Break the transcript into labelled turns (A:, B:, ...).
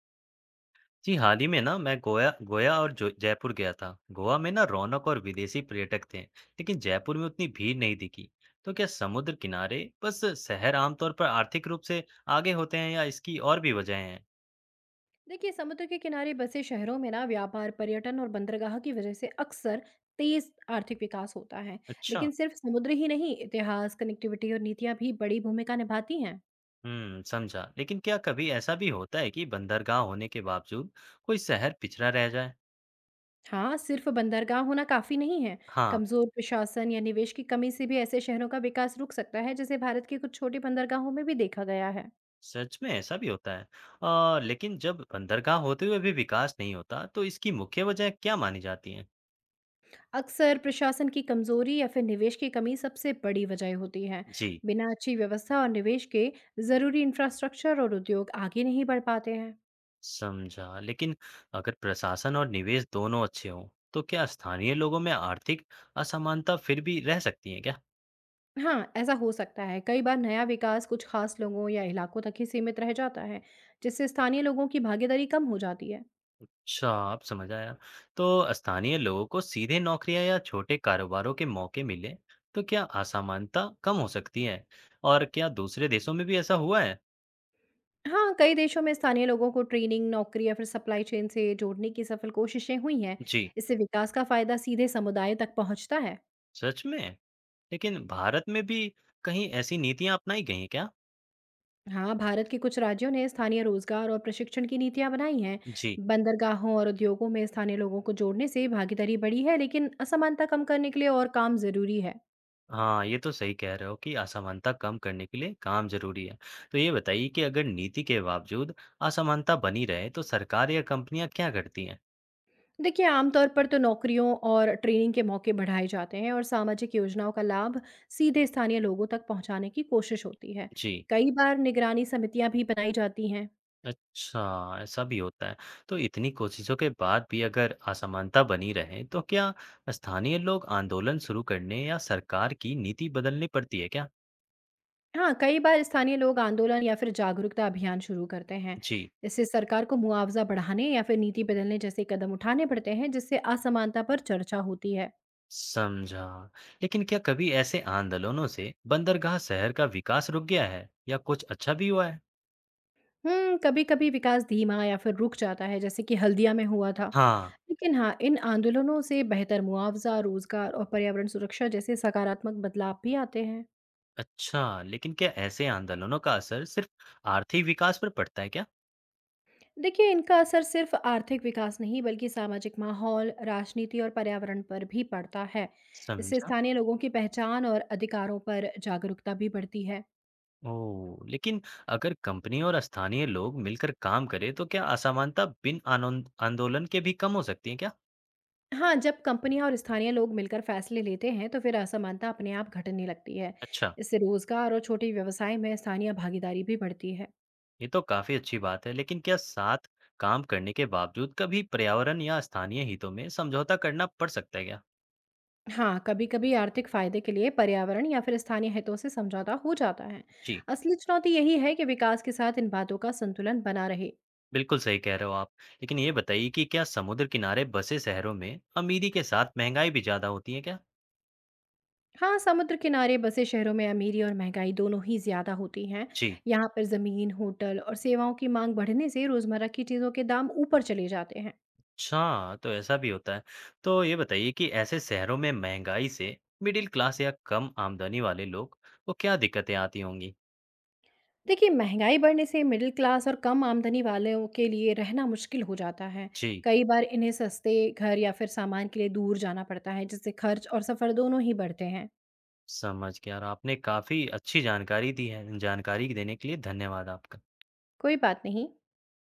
A: जी, हाल ही में ना मैं गोया गोया और जो जयपुर गया था। गोवा में ना रौनक और विदेशी पर्यटक थे, लेकिन जयपुर में उतनी भीड़ नहीं दिखी। तो क्या समुद्र किनारे बस शहर आमतौर पर आर्थिक रूप से आगे होते हैं या इसकी और भी वजहें हैं?
B: देखिए, समुद्र के किनारे बसे शहरों में ना व्यापार, पर्यटन और बंदरगाह की वजह से अक्सर तेज आर्थिक विकास होता है।
A: अच्छा,
B: लेकिन सिर्फ समुद्र ही नहीं, इतिहास, कनेक्टिविटी और नीतियां भी बड़ी भूमिका निभाती हैं।
A: समझा। लेकिन क्या कभी ऐसा भी होता है कि बंदरगाह होने के बावजूद कोई शहर पिछड़ा रह जाए?
B: हाँ, सिर्फ बंदरगाह होना काफी नहीं है।
A: हाँ,
B: कमजोर प्रशासन या निवेश की कमी से भी ऐसे शहरों का विकास रुक सकता है, जैसे भारत के कुछ छोटे बंदरगाहों में भी देखा गया है।
A: सच में ऐसा भी होता है। लेकिन जब बंदरगाह होते हुए भी विकास नहीं होता, तो इसकी मुख्य वजह क्या मानी जाती है?
B: अक्सर प्रशासन की कमजोरी या फिर निवेश की कमी सबसे बड़ी वजह होती है।
A: जी,
B: बिना अच्छी व्यवस्था और निवेश के जरूरी इंफ्रास्ट्रक्चर और उद्योग आगे नहीं बढ़ पाते हैं।
A: समझा। लेकिन अगर प्रशासन और निवेश दोनों अच्छे हों तो क्या स्थानीय लोगों में आर्थिक असमानता फिर भी रह सकती है क्या?
B: हाँ, ऐसा हो सकता है। कई बार नया विकास कुछ खास लोगों या इलाकों तक ही सीमित रह जाता है, जिससे स्थानीय लोगों की भागीदारी कम हो जाती है।
A: अच्छा, आप समझ आया। तो स्थानीय लोगों को सीधे नौकरियां या छोटे कारोबारों के मौके मिले तो क्या असमानता कम हो सकती है और क्या दूसरे देशों में भी ऐसा हुआ है?
B: हाँ, कई देशों में स्थानीय लोगों को ट्रेनिंग, नौकरी या फिर सप्लाई चेन से जोड़ने की सफल कोशिशें हुई हैं।
A: जी,
B: इससे विकास का फायदा सीधे समुदाय तक पहुंचता है।
A: सच में। लेकिन भारत में भी कहीं ऐसी नीतियां अपनाई गई हैं क्या?
B: हाँ, भारत के कुछ राज्यों ने स्थानीय रोजगार और प्रशिक्षण की नीतियां बनाई हैं।
A: जी,
B: बंदरगाहों और उद्योगों में स्थानीय लोगों को जोड़ने से भागीदारी बढ़ी है, लेकिन असमानता कम करने के लिए और काम जरूरी है।
A: हाँ, ये तो सही कह रहे हो कि असमानता कम करने के लिए काम जरूरी है। तो ये बताइए कि अगर नीति के बावजूद असमानता बनी रहे तो सरकार या कंपनियां क्या करती हैं?
B: देखिए, आमतौर पर तो नौकरियों और ट्रेनिंग के मौके बढ़ाए जाते हैं और सामाजिक योजनाओं का लाभ सीधे स्थानीय लोगों तक पहुंचाने की कोशिश होती है।
A: जी,
B: कई बार निगरानी समितियां भी बनाई जाती हैं।
A: अच्छा, ऐसा भी होता है। तो इतनी कोशिशों के बाद भी अगर असमानता बनी रहे तो क्या स्थानीय लोग आंदोलन शुरू करने या सरकार की नीति बदलनी पड़ती है क्या?
B: हाँ, कई बार स्थानीय लोग आंदोलन या फिर जागरूकता अभियान शुरू करते हैं।
A: जी,
B: इससे सरकार को मुआवजा बढ़ाने या फिर नीति बदलने जैसे कदम उठाने पड़ते हैं, जिससे असमानता पर चर्चा होती है।
A: समझा। लेकिन क्या कभी ऐसे आंदोलनों से बंदरगाह शहर का विकास रुक गया है या कुछ अच्छा भी हुआ है?
B: हुँ, कभी-कभी विकास धीमा या फिर रुक जाता है, जैसे कि हल्दिया में हुआ था।
A: हाँ,
B: लेकिन हाँ, इन आंदोलनों से बेहतर मुआवज़ा, रोज़गार और पर्यावरण सुरक्षा जैसे सकारात्मक बदलाव भी आते हैं।
A: अच्छा, लेकिन क्या ऐसे आंदोलनों का असर सिर्फ आर्थिक विकास पर पड़ता है क्या?
B: देखिए, इनका असर सिर्फ आर्थिक विकास नहीं, बल्कि सामाजिक माहौल, राजनीति और पर्यावरण पर भी पड़ता है। इससे
A: समझा।
B: स्थानीय लोगों की पहचान और अधिकारों पर जागरूकता भी बढ़ती है।
A: ओह! लेकिन अगर कंपनी और स्थानीय लोग मिलकर काम करें, तो क्या असमानता बिन आनोन आंदोलन के भी कम हो सकती है क्या?
B: हाँ, जब कंपनियाँ और स्थानीय लोग मिलकर फैसले लेते हैं, तो फिर असमानता अपने आप घटने लगती है।
A: अच्छा,
B: इससे रोज़गार और छोटे व्यवसाय में स्थानीय भागीदारी भी बढ़ती है।
A: ये तो काफ़ी अच्छी बात है, लेकिन क्या साथ काम करने के बावजूद कभी पर्यावरण या स्थानीय हितों में समझौता करना पड़ सकता है क्या?
B: हाँ, कभी-कभी आर्थिक फायदे के लिए पर्यावरण या फिर स्थानीय हितों से समझौता हो जाता है।
A: जी,
B: असली चुनौती यही है कि विकास के साथ इन बातों का संतुलन बना रहे।
A: बिल्कुल सही कह रहे हो आप। लेकिन ये बताइए कि क्या समुद्र किनारे बसे शहरों में अमीरी के साथ महंगाई भी ज़्यादा होती है क्या?
B: हाँ, समुद्र किनारे बसे शहरों में अमीरी और महंगाई दोनों ही ज़्यादा होती हैं।
A: जी।
B: यहाँ पर ज़मीन, होटल और सेवाओं की मांग बढ़ने से रोज़मर्रा की चीज़ों के दाम ऊपर चले जाते हैं।
A: अच्छा, तो ऐसा भी होता है। तो ये बताइए कि ऐसे शहरों में महँगाई से मिडिल क्लास या कम आमदनी वाले लोग को क्या दिक्कतें आती होंगी?
B: देखिए, महंगाई बढ़ने से मिडिल क्लास और कम आमदनी वालों के लिए रहना मुश्किल हो जाता है।
A: जी,
B: कई बार इन्हें सस्ते घर या फिर सामान के लिए दूर जाना पड़ता है, जिससे खर्च और सफ़र दोनों ही बढ़ते हैं।
A: समझ गया और आपने काफ़ी अच्छी जानकारी दी है। जानकारी देने के लिए धन्यवाद आपका।
B: कोई बात नहीं।